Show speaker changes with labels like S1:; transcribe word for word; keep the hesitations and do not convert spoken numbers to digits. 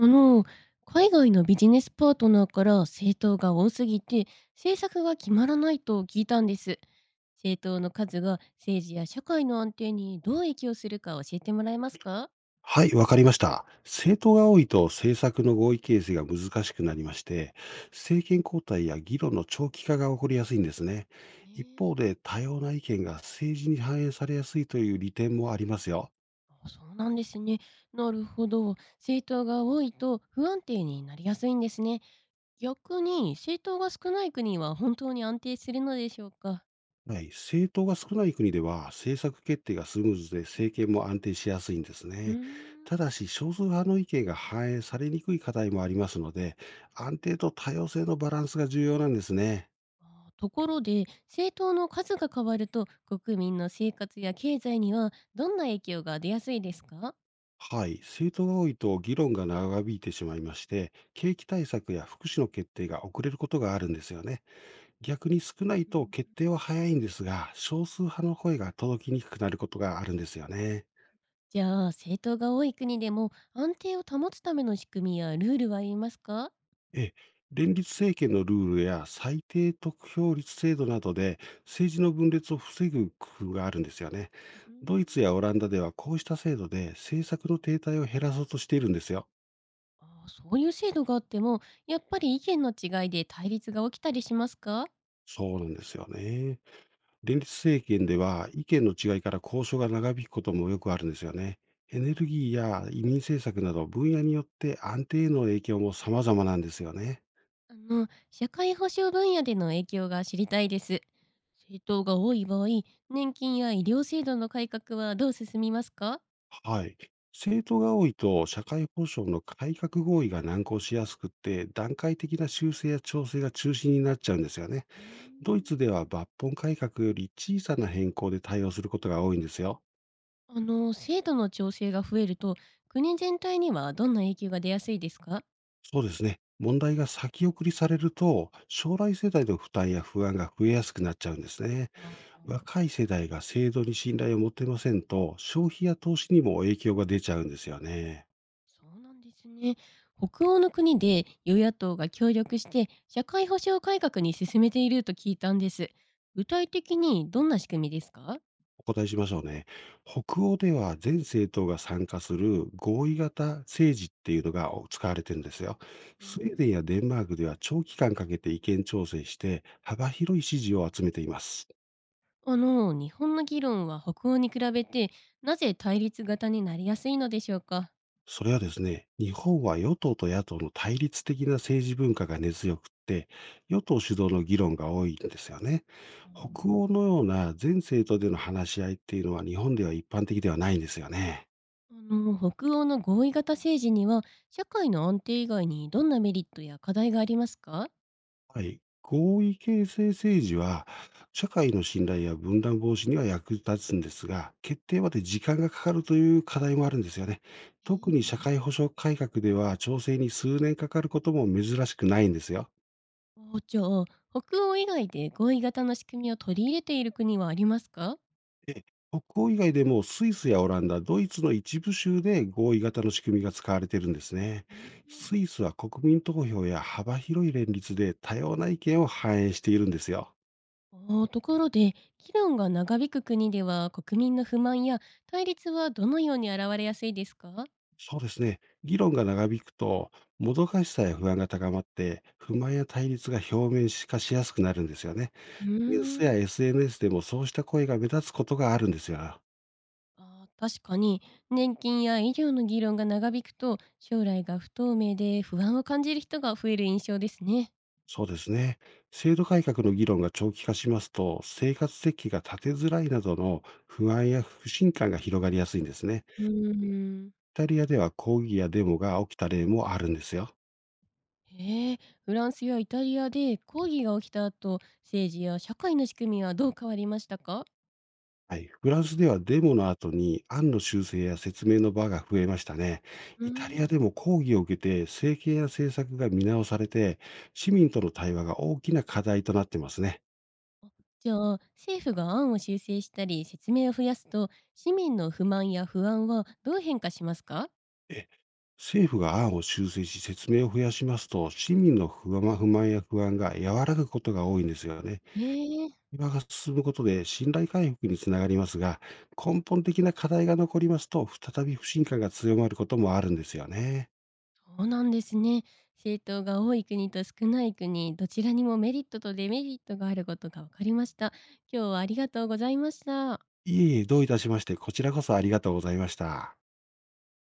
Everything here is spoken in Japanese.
S1: あの、海外のビジネスパートナーから政党が多すぎて政策が決まらないと聞いたんです。政党の数が政治や社会の安定にどう影響するか教えてもらえますか？
S2: はい、わかりました。政党が多いと政策の合意形成が難しくなりまして、政権交代や議論の長期化が起こりやすいんですね。一
S1: え
S2: 方
S1: え。
S2: で、多様な意見が政治に反映されやすいという利点もありますよ。
S1: あ、そうなんですね。なるほど。政党が多いと不安定になりやすいんですね。逆に政党が少ない国は本当に安定するのでしょうか？
S2: はい、政党が少ない国では政策決定がスムーズで政権も安定しやすいんです
S1: うー
S2: ね。
S1: ん。
S2: ただし少数派の意見が反映されにくい課題もありますので、安定と多様性のバランスが重要なんですね。
S1: あー、ところで政党の数が変わると国民の生活や経済にはどんな影響が出やすいですか？
S2: はい、生徒が多いと議論が長引いてしまいまして、景気対策や福祉の決定が遅れることがあるんですよね。逆に少ない
S1: う
S2: と
S1: ん。
S2: 決定は早いんですが、少数派の声が届きにくくなることがあるんですよね。
S1: じゃあ政党が多い国でも安定を保つための仕組みやルールはありますか？
S2: え、連立政権のルールや最低得票率制度などで、政治の分裂を防ぐ工夫があるんですよね。
S1: う
S2: ドイツ
S1: ん。
S2: やオランダではこうした制度で政策の停滞を減らそうとしているんですよ。
S1: あー、そういう制度があってもやっぱり意見の違いで対立が起きたりしますか？
S2: そうなんですよね。連立政権では意見の違いから交渉が長引くこともよくあるんですよね。エ
S1: あ、
S2: ネルギーや移民政策など、分野によって安定への影響も様々なんですよね。
S1: あの社会保障分野での影響が知りたいです。政党が多い場合、年金や医療制度の改革はどう進みますか？
S2: はい。政党が多いと社会保障の改革合意が難航しやすくって、段階的な修正や調整が中心になっちゃうんですよね。
S1: う
S2: ドイ
S1: ん。
S2: ツでは抜本改革より小さな変更で対応することが多いんですよ。
S1: あの、制度の調整が増えると、国全体にはどんな影響が出やすいですか？
S2: そうですね。問題が先送りされると、将来世代の負担や不安が増えやすくなっちゃうんですね。
S1: あー、
S2: 若い世代が制度に信頼を持てませんと、消費や投資にも影響が出ちゃうんですよね。
S1: そうなんですね。北欧の国で与野党が協力して社会保障改革に進めていると聞いたんです。具体的にどんな仕組みですか？
S2: お答えしましょうね。北欧では、全政党が参加する合意型政治っていうのが使われてるんですよ。
S1: うー
S2: スウェーデン
S1: ん。
S2: やデンマークでは、長期間かけて意見調整して、幅広い支持を集めています。
S1: あの、日本の議論は北欧に比べてなぜ対立型になりやすいのでしょうか？
S2: それはですね、日本は与党と野党の対立的な政治文化が根強くって、与党主導の議論が多いんですよね。
S1: うん。
S2: 北欧のような全政党での話し合いっていうのは、日本では一般的ではないんですよね。
S1: あの、北欧の合意型政治には社会の安定以外にどんなメリットや課題がありますか？
S2: はい。合意形成政治は、社会の信頼や分断防止には役立つんですが、決定まで時間がかかるという課題もあるんですよね。特に社会保障改革では、調整に数年かかることも珍しくないんですよ。
S1: おお、じゃあ、北欧以外で合意型の仕組みを取り入れている国はありますか？
S2: え北欧以外でも、スイスやオランダ、ドイツの一部州で合意型の仕組みが使われているんですね。スイスは国民投票や幅広い連立で、多様な意見を反映しているんですよ。
S1: おお、ところで、議論が長引く国では国民の不満や対立はどのように現れやすいですか？
S2: そうですね。議論が長引くと、もどかしさや不安が高まって、不満や対立が表面化しやすくなるんですよね。
S1: う
S2: ニュー
S1: ー
S2: ス
S1: ん。
S2: や エスエヌエス でも、そうした声が目立つことがあるんですよ。
S1: あー、確かに年金や医療の議論が長引くと将来が不透明で不安を感じる人が増える印象ですね。
S2: そうですね。制度改革の議論が長期化しますと、生活設計が立てづらいなどの不安や不信感が広がりやすいんですね。
S1: うー
S2: イ
S1: ん。
S2: タリアでは、抗議やデモが起きた例もあるんですよ。
S1: へえ、フランスやイタリアで抗議が起きた後、政治や社会の仕組みはどう変わりましたか？
S2: はい。フランスでは、デモの後に案の修正や説明の場が増えましたね。
S1: うー
S2: イタリ
S1: ん。
S2: アでも抗議を受けて政権や政策が見直されて、市民との対話が大きな課題となってますね。
S1: じゃあ、政府が案を修正したり説明を増やすと、市民の不満や不安はどう変化しますか？
S2: え政府が案を修正し説明を増やしますと、市民の不安不満や不安が和らぐことが多いんですよね。
S1: へえ。
S2: 今が進むことで信頼回復につながりますが、根本的な課題が残りますと、再び不信感が強まることもあるんですよね。
S1: そうなんですね。政党が多い国と少ない国、どちらにもメリットとデメリットがあることが分かりました。今日はありがとうございました。
S2: いえいえ、どういたしまして。こちらこそありがとうございました。